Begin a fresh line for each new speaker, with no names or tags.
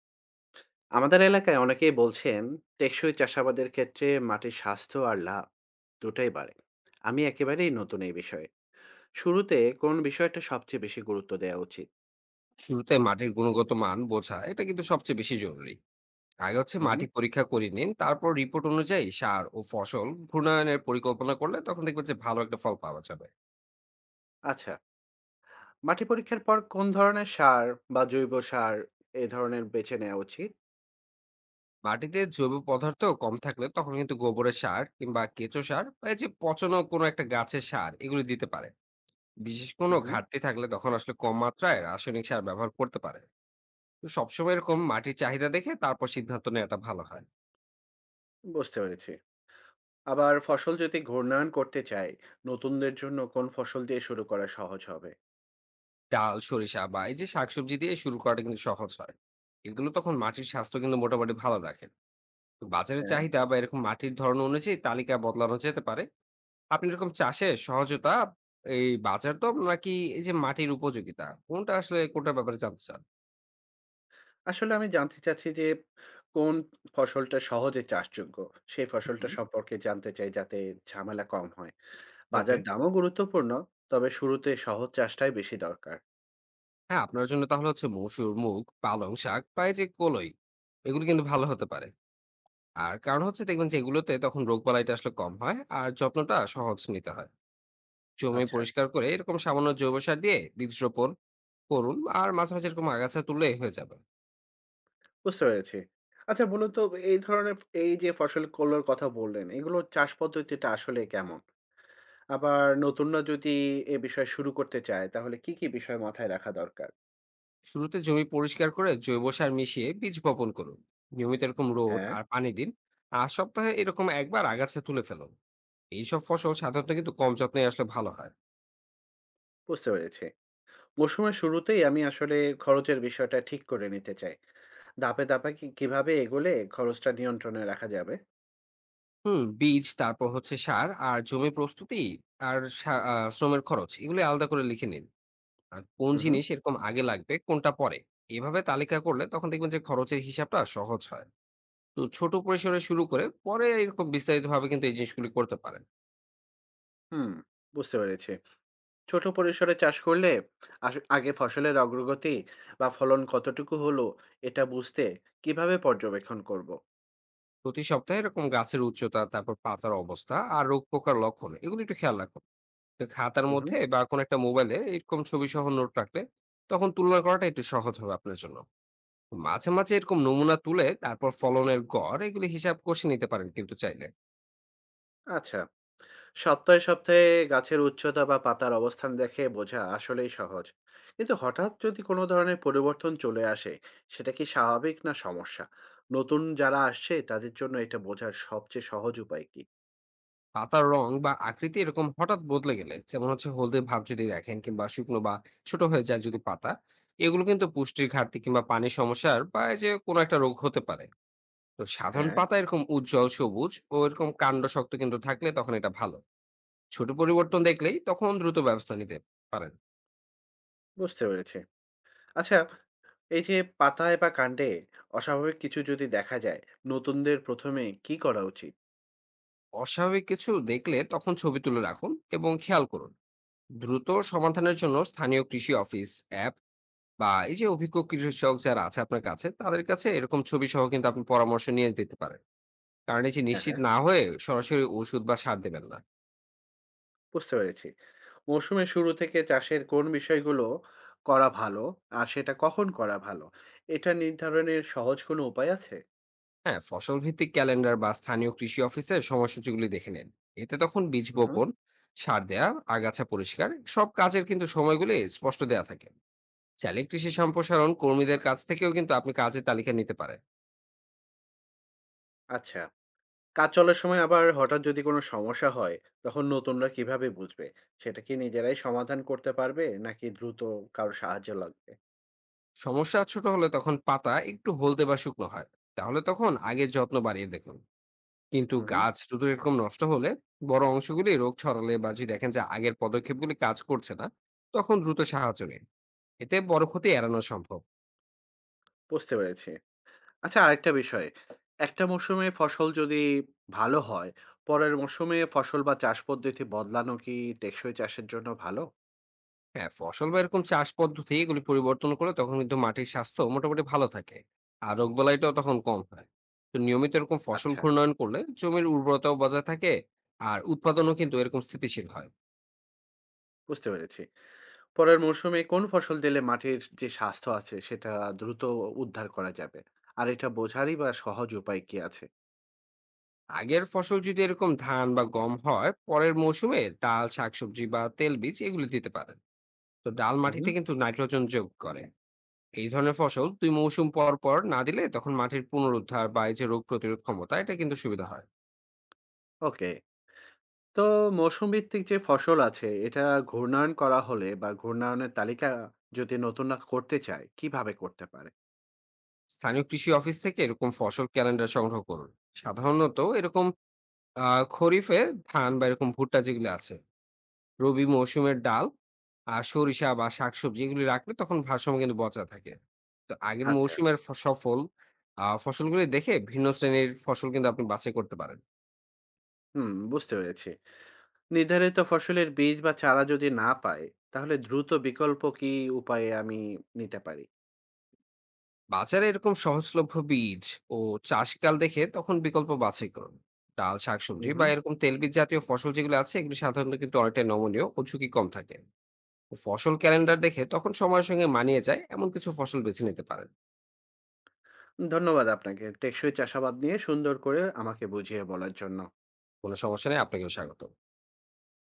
আমাদের এলাকায় অনেকেই বলছেন টেকসই চাষাবাদের ক্ষেত্রে মাটির স্বাস্থ্য আর লাভ দুটাই বাড়ে। আমি একেবারেই নতুন এই বিষয়ে, শুরুতে কোন বিষয়টা সবচেয়ে বেশি গুরুত্ব দেওয়া উচিত?
শুরুতে মাটির গুণগত মান বোঝা এটা কিন্তু সবচেয়ে বেশি জরুরি। আগে হচ্ছে
হুম।
মাটি পরীক্ষা করে নিন, তারপর রিপোর্ট অনুযায়ী সার ও ফসল ঘূর্ণায়নের পরিকল্পনা করলে তখন দেখবেন যে ভালো একটা ফল পাওয়া যাবে।
আচ্ছা, মাটি পরীক্ষার পর কোন ধরনের সার বা জৈব সার এ ধরনের বেছে নেওয়া উচিত?
মাটিতে জৈব পদার্থ কম থাকলে তখন কিন্তু গোবরের সার কিংবা কেঁচো সার বা এই যে পচনো কোনো একটা গাছের সার এগুলো দিতে পারে। বিশেষ কোনো
হুম,
ঘাটতি থাকলে তখন আসলে কম মাত্রায় রাসায়নিক সার ব্যবহার করতে পারে। তো সবসময় এরকম মাটির চাহিদা দেখে তারপর সিদ্ধান্ত নেওয়াটা ভালো হয়।
বুঝতে পেরেছি। আবার ফসল যদি ঘূর্ণায়ন করতে চাই, নতুনদের জন্য কোন ফসল দিয়ে শুরু করা সহজ হবে?
ডাল, সরিষা বা এই যে শাকসবজি দিয়ে শুরু করাটা কিন্তু সহজ হয়। এগুলো তখন মাটির স্বাস্থ্য কিন্তু মোটামুটি ভালো রাখে। তো বাজারের
হ্যাঁ,
চাহিদা বা এরকম মাটির ধরন অনুযায়ী তালিকা বদলানো যেতে পারে। আপনি এরকম চাষে সহজতা, এই বাজার দর নাকি এই যে মাটির উপযোগিতা, কোনটা আসলে কোনটার ব্যাপারে জানতে চান?
আসলে আমি জানতে চাচ্ছি যে, কোন ফসলটা সহজে চাষযোগ্য? সেই ফসলটা
হুম,
সম্পর্কে জানতে চাই যাতে ঝামেলা কম হয়।
ওকে।
বাজার দামও গুরুত্বপূর্ণ, তবে শুরুতে সহজ চাষটাই বেশি দরকার।
হ্যাঁ, আপনার জন্য তাহলে হচ্ছে মসুর, মুগ, পালং শাক বা এই যে কলই, এগুলো কিন্তু ভালো হতে পারে। আর কারণ হচ্ছে দেখবেন যে এগুলোতে তখন রোগবালাইটা আসলে কম হয়, আর যত্নটা সহজ নিতে হয়। জমি
আচ্ছা,
পরিষ্কার করে এরকম সামান্য জৈব সার দিয়ে বীজ রোপণ করুন, আর মাঝে মাঝে এরকম আগাছা তুললে হয়ে যাবে।
বুঝতে পেরেছি। আচ্ছা বলুন তো, এই ধরনের, এই যে ফসলগুলোর কথা বললেন, এগুলোর চাষ পদ্ধতিটা আসলে কেমন? আবার নতুনরা যদি এ বিষয়ে শুরু করতে চায় তাহলে কি, কি বিষয় মাথায় রাখা দরকার?
শুরুতে জমি পরিষ্কার করে জৈব সার মিশিয়ে বীজ বপন করুন। নিয়মিত এরকম রোদ
হ্যাঁ,
আর পানি দিন, আর সপ্তাহে এরকম একবার আগাছা তুলে ফেলুন। এইসব ফসল সাধারণত কিন্তু কম যত্নে আসলে ভালো হয়।
বুঝতে পেরেছি। মৌসুমের শুরুতেই আমি আসলে খরচের বিষয়টা ঠিক করে নিতে চাই। ধাপে, ধাপে কি কিভাবে এগোলে খরচটা নিয়ন্ত্রণে রাখা যাবে?
বীজ, তারপর হচ্ছে সার আর জমি প্রস্তুতি আর শ্রমের খরচ, এগুলি আলাদা করে লিখে নিন। আর কোন
হু, হু,
জিনিস এরকম আগে লাগবে, কোনটা পরে, এভাবে তালিকা করলে তখন দেখবেন যে খরচের হিসাবটা সহজ হয়। তো ছোট পরিসরে শুরু করে পরে এরকম বিস্তারিতভাবে কিন্তু এই জিনিসগুলি করতে পারেন।
হুম, বুঝতে পেরেছি। ছোট পরিসরে চাষ করলে আগে ফসলের অগ্রগতি বা ফলন কতটুকু হলো এটা বুঝতে কিভাবে পর্যবেক্ষণ করব?
প্রতি সপ্তাহে এরকম গাছের উচ্চতা, তারপর পাতার অবস্থা আর রোগ পোকার লক্ষণ, এগুলো একটু খেয়াল রাখুন। তো খাতার
উহু,
মধ্যে বা কোনো একটা মোবাইলে এরকম ছবি সহ নোট রাখলে তখন তুলনা করাটা একটু সহজ হবে আপনার জন্য। মাঝে মাঝে এরকম নমুনা তুলে তারপর ফলনের গড় এগুলি হিসাব কষে নিতে পারেন কিন্তু চাইলে।
আচ্ছা। সপ্তাহে, সপ্তাহে গাছের উচ্চতা বা পাতার অবস্থান দেখে বোঝা আসলেই সহজ। কিন্তু হঠাৎ যদি কোনো ধরনের পরিবর্তন চলে আসে, সেটা কি স্বাভাবিক না সমস্যা? নতুন যারা আসছে তাদের জন্য এটা বোঝার সবচেয়ে সহজ উপায় কি?
পাতার রং বা আকৃতি এরকম হঠাৎ বদলে গেলে, যেমন হচ্ছে হলদে ভাব যদি দেখেন কিংবা শুকনো বা ছোট হয়ে যায় যদি পাতা, এগুলো কিন্তু পুষ্টির ঘাটতি কিংবা পানির সমস্যার বা এই যে কোনো একটা রোগ হতে পারে। তো সাধারণ
হ্যাঁ,
পাতা এরকম উজ্জ্বল সবুজ ও এরকম কাণ্ড শক্ত কিন্তু থাকলে তখন এটা ভালো। ছোট পরিবর্তন দেখলেই তখন দ্রুত ব্যবস্থা নিতে পারেন।
বুঝতে পেরেছি। আচ্ছা, এই যে পাতায় বা কাণ্ডে অস্বাভাবিক কিছু যদি দেখা যায়, নতুনদের ১ম এ কি করা উচিত?
অস্বাভাবিক কিছু দেখলে তখন ছবি তুলে রাখুন এবং খেয়াল করুন। দ্রুত সমাধানের জন্য স্থানীয় কৃষি অফিস অ্যাপ বা এই যে অভিজ্ঞ কৃষক যারা আছে আপনার কাছে, তাদের কাছে এরকম ছবি সহ কিন্তু আপনি পরামর্শ নিয়ে দিতে পারেন। কারণ এই যে
হ্যাঁ,
নিশ্চিত
হ্যাঁ,
না হয়ে সরাসরি ওষুধ বা সার দেবেন না।
বুঝতে পেরেছি। মৌসুমের শুরু থেকে চাষের কোন বিষয়গুলো করা ভালো আর সেটা কখন করা ভালো, এটা নির্ধারণের সহজ কোনো উপায় আছে?
হ্যাঁ, ফসল ভিত্তিক ক্যালেন্ডার বা স্থানীয় কৃষি অফিসের সময়সূচিগুলি দেখে নিন। এতে তখন বীজ
হুম, হুম।
বপন, সার দেয়া, আগাছা পরিষ্কার, সব কাজের কিন্তু সময়গুলি স্পষ্ট দেয়া থাকে। চাইলে কৃষি সম্প্রসারণ কর্মীদের কাছ থেকেও কিন্তু আপনি কাজের তালিকা নিতে পারেন।
আচ্ছা, কাজ চলার সময় আবার হঠাৎ যদি কোনো সমস্যা হয়, তখন নতুনরা কিভাবে বুঝবে? সেটা কি নিজেরাই সমাধান করতে পারবে নাকি দ্রুত কারো সাহায্য লাগবে?
সমস্যা ছোট হলে, তখন পাতা একটু হলদে বা শুকনো হয়, তাহলে তখন আগের যত্ন বাড়িয়ে দেখুন। কিন্তু
হুম, হুম,
গাছ শুধু এরকম নষ্ট হলে, বড় অংশগুলি রোগ ছড়ালে, বা যদি দেখেন যে আগের পদক্ষেপগুলি কাজ করছে না, তখন দ্রুত সাহায্য নিন। এতে বড় ক্ষতি এড়ানো সম্ভব।
বুঝতে পেরেছি। আচ্ছা, আরেকটা বিষয়। একটা মৌসুমে ফসল যদি ভালো হয়, পরের মৌসুমে ফসল বা চাষ পদ্ধতি বদলানো কি টেকসই চাষের জন্য ভালো?
হ্যাঁ, ফসল বা এরকম চাষ পদ্ধতি এগুলি পরিবর্তন করলে তখন কিন্তু মাটির স্বাস্থ্য মোটামুটি ভালো থাকে, আর রোগ বালাইটাও তখন কম হয়। তো নিয়মিত এরকম ফসল
আচ্ছা,
ঘূর্ণয়ন করলে জমির উর্বরতাও বজায় থাকে, আর উৎপাদনও কিন্তু এরকম স্থিতিশীল হয়।
বুঝতে পেরেছি। পরের মৌসুমে কোন ফসল দিলে মাটির যে স্বাস্থ্য আছে সেটা দ্রুত উদ্ধার করা যাবে? আর এটা বোঝারই বা সহজ উপায় কি আছে?
আগের ফসল যদি এরকম ধান বা গম হয়, পরের মৌসুমে ডাল, শাকসবজি বা তেল বীজ এগুলি দিতে পারে। তো ডাল মাটিতে
হুম,
কিন্তু নাইট্রোজেন যোগ করে। এই ধরনের ফসল দুই মৌসুম পর পর না দিলে তখন মাটির পুনরুদ্ধার বা এই যে রোগ প্রতিরোধ ক্ষমতা এটা কিন্তু সুবিধা হয়।
ওকে। তো মৌসুম ভিত্তিক যে ফসল আছে এটা ঘূর্ণায়ন করা হলে বা ঘূর্ণায়নের তালিকা যদি নতুনরা করতে চায়, কিভাবে করতে পারে?
স্থানীয় কৃষি অফিস থেকে এরকম ফসল ক্যালেন্ডার সংগ্রহ করুন। সাধারণত এরকম খরিফে ধান বা এরকম ভুট্টা যেগুলো আছে, রবি মৌসুমের ডাল আর সরিষা বা শাকসবজি এগুলি রাখলে তখন ভারসাম্য কিন্তু বজায় থাকে। তো আগের
আচ্ছা,
মৌসুমের ফ- সফল আহ ফসলগুলি দেখে ভিন্ন শ্রেণীর ফসল কিন্তু আপনি বাছাই করতে পারেন।
হুম, বুঝতে পেরেছি। নির্ধারিত ফসলের বীজ বা চারা যদি না পাই তাহলে দ্রুত বিকল্প কি উপায়ে আমি নিতে পারি?
বাজারে এরকম সহজলভ্য বীজ ও চাষকাল দেখে তখন বিকল্প বাছাই করুন। ডাল, শাকসবজি বা
হুম।
এরকম তেলবীজ জাতীয় ফসল যেগুলো আছে এগুলো সাধারণত কিন্তু অনেকটাই নমনীয় ও ঝুঁকি কম থাকে। তো ফসল ক্যালেন্ডার দেখে তখন সময়ের সঙ্গে মানিয়ে যায় এমন কিছু ফসল বেছে নিতে পারেন।
ধন্যবাদ আপনাকে টেকসই চাষাবাদ নিয়ে সুন্দর করে আমাকে বুঝিয়ে বলার জন্য।
কোনো সমস্যা নেই, আপনাকেও স্বাগত।